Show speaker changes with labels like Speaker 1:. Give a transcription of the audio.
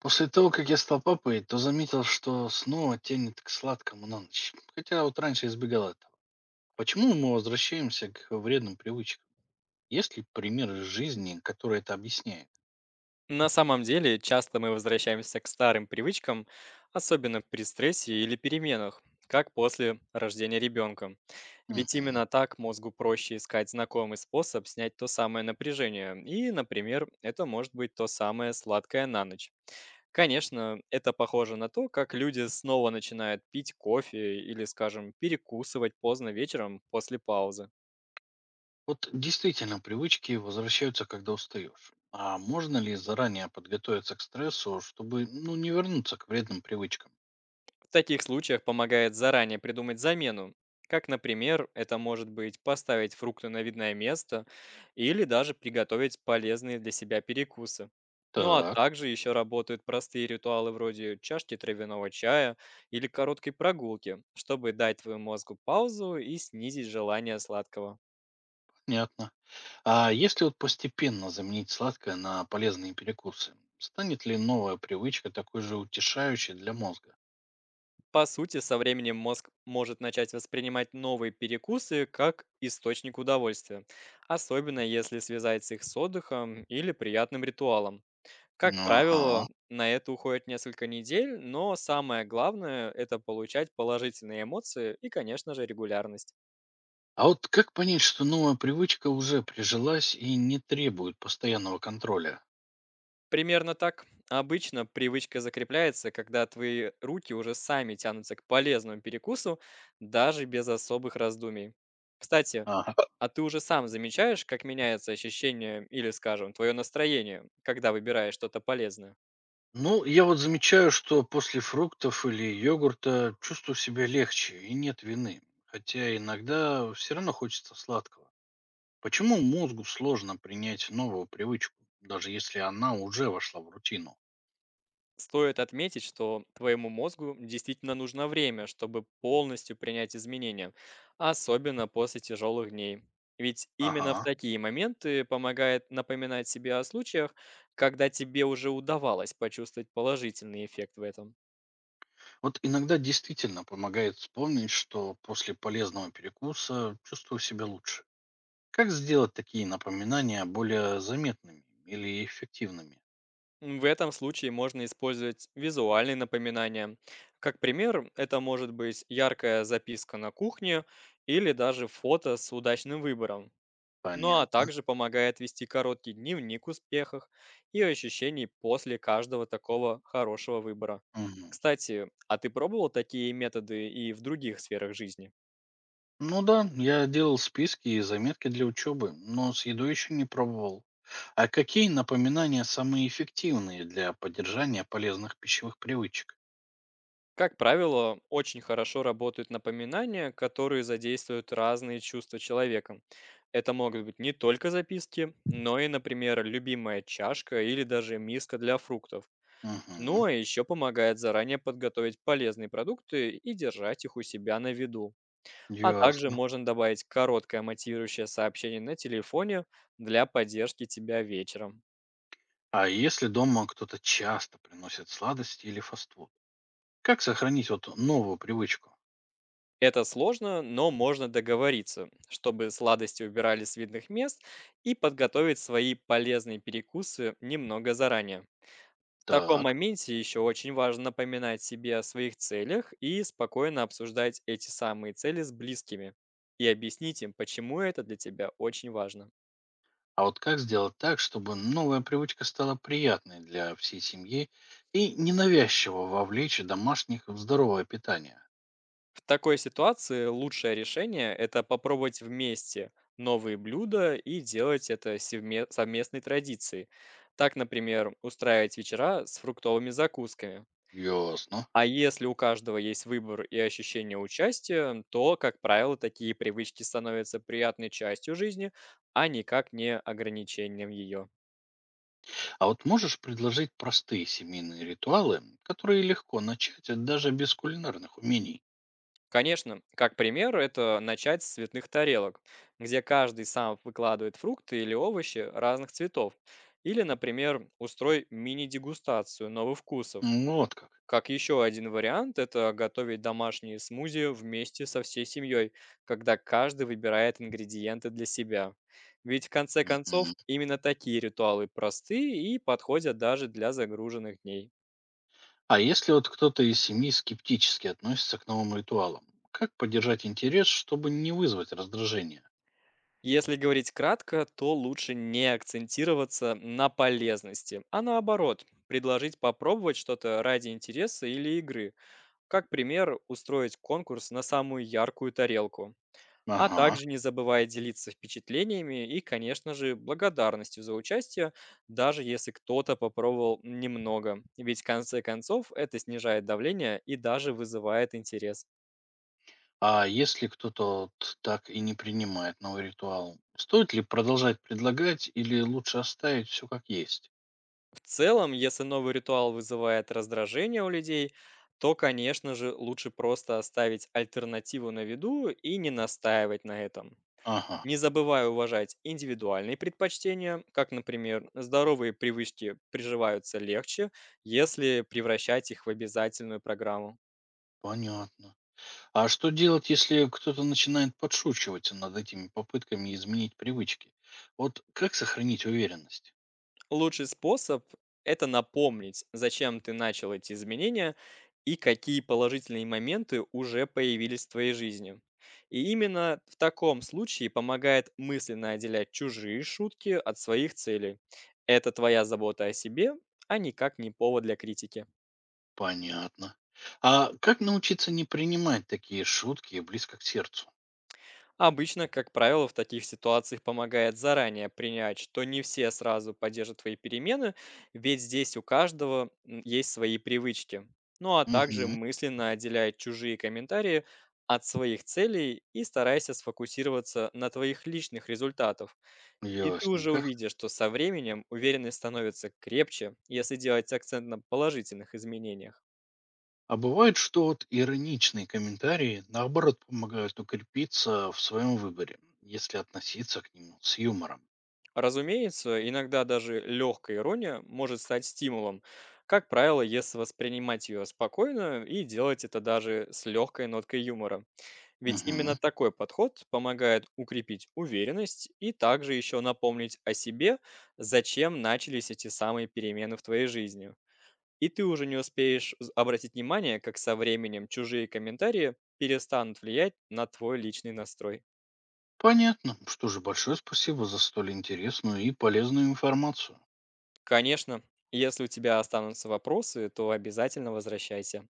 Speaker 1: После того, как я стал папой, то заметил, что снова тянет к сладкому на ночь. Хотя вот раньше избегал этого. Почему мы возвращаемся к вредным привычкам? Есть ли пример из жизни, который это объясняет?
Speaker 2: На самом деле, часто мы возвращаемся к старым привычкам, особенно при стрессе или переменах, как после рождения ребенка. Ведь
Speaker 1: Мгм.
Speaker 2: именно так мозгу проще искать знакомый способ снять то самое напряжение. И, например, это может быть то самое сладкое на ночь. Конечно, это похоже на то, как люди снова начинают пить кофе или, скажем, перекусывать поздно вечером после паузы.
Speaker 1: Вот действительно, привычки возвращаются, когда устаешь. А можно ли заранее подготовиться к стрессу, чтобы не вернуться к вредным привычкам?
Speaker 2: В таких случаях помогает заранее придумать замену. Как, например, это может быть поставить фрукты на видное место или даже приготовить полезные для себя перекусы. Ну а
Speaker 1: Так,
Speaker 2: также еще работают простые ритуалы вроде чашки травяного чая или короткой прогулки, чтобы дать твоему мозгу паузу и снизить желание сладкого.
Speaker 1: понятно. А если вот постепенно заменить сладкое на полезные перекусы, станет ли новая привычка такой же утешающей для мозга?
Speaker 2: По сути, со временем мозг может начать воспринимать новые перекусы как источник удовольствия, особенно если связать их с отдыхом или приятным ритуалом. Как правило,
Speaker 1: Ага.
Speaker 2: на это уходит несколько недель, но самое главное – это получать положительные эмоции и, конечно же, регулярность.
Speaker 1: А вот как понять, что новая привычка уже прижилась и не требует постоянного контроля?
Speaker 2: Примерно так. Обычно привычка закрепляется, когда твои руки уже сами тянутся к полезному перекусу, даже без особых раздумий. Кстати,
Speaker 1: Ага.
Speaker 2: а ты уже сам замечаешь, как меняется ощущение или, скажем, твое настроение, когда выбираешь что-то полезное?
Speaker 1: Ну, я вот замечаю, что после фруктов или йогурта чувствую себя легче и нет вины. Хотя иногда все равно хочется сладкого. Почему мозгу сложно принять новую привычку, даже если она уже вошла в рутину?
Speaker 2: Стоит отметить, что твоему мозгу действительно нужно время, чтобы полностью принять изменения, особенно после тяжелых дней. Ведь именно в
Speaker 1: Ага.
Speaker 2: такие моменты помогает напоминать себе о случаях, когда тебе уже удавалось почувствовать положительный эффект в этом.
Speaker 1: Вот иногда действительно помогает вспомнить, что после полезного перекуса чувствую себя лучше. Как сделать такие напоминания более заметными или эффективными?
Speaker 2: В этом случае можно использовать визуальные напоминания. Как пример, это может быть яркая записка на кухне или даже фото с удачным выбором. Ну а
Speaker 1: Понятно.
Speaker 2: также помогает вести короткий дневник успехах и ощущений после каждого такого хорошего выбора.
Speaker 1: Мгм.
Speaker 2: Кстати, а ты пробовал такие методы и в других сферах жизни?
Speaker 1: Ну да, я делал списки и заметки для учебы, но с едой еще не пробовал. А какие напоминания самые эффективные для поддержания полезных пищевых привычек?
Speaker 2: Как правило, очень хорошо работают напоминания, которые задействуют разные чувства человека. Это могут быть не только записки, но и, например, любимая чашка или даже миска для фруктов.
Speaker 1: Угу,
Speaker 2: Ну а еще помогает заранее подготовить полезные продукты и держать их у себя на виду. А также
Speaker 1: ясно.
Speaker 2: можно добавить короткое мотивирующее сообщение на телефоне для поддержки тебя вечером.
Speaker 1: А если дома кто-то часто приносит сладости или фастфуд? Как сохранить вот новую привычку?
Speaker 2: Это сложно, но можно договориться, чтобы сладости убирали с видных мест и подготовить свои полезные перекусы немного заранее. В таком
Speaker 1: Так.
Speaker 2: моменте еще очень важно напоминать себе о своих целях и спокойно обсуждать эти самые цели с близкими и объяснить им, почему это для тебя очень важно.
Speaker 1: А вот как сделать так, чтобы новая привычка стала приятной для всей семьи и ненавязчиво вовлечь домашних в здоровое питание?
Speaker 2: В такой ситуации лучшее решение – это попробовать вместе новые блюда и делать это совместной традицией. Так, например, устраивать вечера с фруктовыми закусками.
Speaker 1: Ясно.
Speaker 2: А если у каждого есть выбор и ощущение участия, то, как правило, такие привычки становятся приятной частью жизни, а никак не ограничением ее.
Speaker 1: А вот можешь предложить простые семейные ритуалы, которые легко начать даже без кулинарных умений?
Speaker 2: Конечно, как пример, это начать с цветных тарелок, где каждый сам выкладывает фрукты или овощи разных цветов. Или, например, устрой мини-дегустацию новых вкусов.
Speaker 1: Вот как.
Speaker 2: Как еще один вариант, это готовить домашние смузи вместе со всей семьей, когда каждый выбирает ингредиенты для себя. Ведь в конце концов,
Speaker 1: Мгм.
Speaker 2: именно такие ритуалы просты и подходят даже для загруженных дней.
Speaker 1: А если вот кто-то из семьи скептически относится к новым ритуалам, как поддержать интерес, чтобы не вызвать раздражение?
Speaker 2: Если говорить кратко, то лучше не акцентироваться на полезности, а наоборот, предложить попробовать что-то ради интереса или игры. Как пример, устроить конкурс на самую яркую тарелку. А
Speaker 1: Ага.
Speaker 2: также не забывая делиться впечатлениями и, конечно же, благодарностью за участие, даже если кто-то попробовал немного. Ведь в конце концов это снижает давление и даже вызывает интерес.
Speaker 1: А если кто-то вот так и не принимает новый ритуал, стоит ли продолжать предлагать или лучше оставить все как есть?
Speaker 2: В целом, если новый ритуал вызывает раздражение у людей, то, конечно же, лучше просто оставить альтернативу на виду и не настаивать на этом.
Speaker 1: Ага,
Speaker 2: Не забывая уважать индивидуальные предпочтения, как, например, здоровые привычки приживаются легче, если превращать их в обязательную программу.
Speaker 1: понятно. А что делать, если кто-то начинает подшучивать над этими попытками изменить привычки? Вот как сохранить уверенность?
Speaker 2: Лучший способ – это напомнить, зачем ты начал эти изменения и какие положительные моменты уже появились в твоей жизни. И именно в таком случае помогает мысленно отделять чужие шутки от своих целей. Это твоя забота о себе, а никак не повод для критики.
Speaker 1: Понятно. А как научиться не принимать такие шутки близко к сердцу?
Speaker 2: Обычно, как правило, в таких ситуациях помогает заранее принять, что не все сразу поддержат твои перемены, ведь здесь у каждого есть свои привычки. Ну а также
Speaker 1: Угу,
Speaker 2: мысленно отделяй чужие комментарии от своих целей и старайся сфокусироваться на твоих личных результатах. И ты уже
Speaker 1: ясненько.
Speaker 2: увидишь, что со временем уверенность становится крепче, если делать акцент на положительных изменениях.
Speaker 1: А бывает, что вот ироничные комментарии, наоборот, помогают укрепиться в своем выборе, если относиться к нему с юмором.
Speaker 2: Разумеется, иногда даже легкая ирония может стать стимулом. Как правило, если воспринимать ее спокойно и делать это даже с легкой ноткой юмора. Ведь
Speaker 1: Мгм.
Speaker 2: именно такой подход помогает укрепить уверенность и также еще напомнить о себе, зачем начались эти самые перемены в твоей жизни. И ты уже не успеешь обратить внимание, как со временем чужие комментарии перестанут влиять на твой личный настрой.
Speaker 1: Понятно. Что же, большое спасибо за столь интересную и полезную информацию.
Speaker 2: Конечно, если у тебя останутся вопросы, то обязательно возвращайся.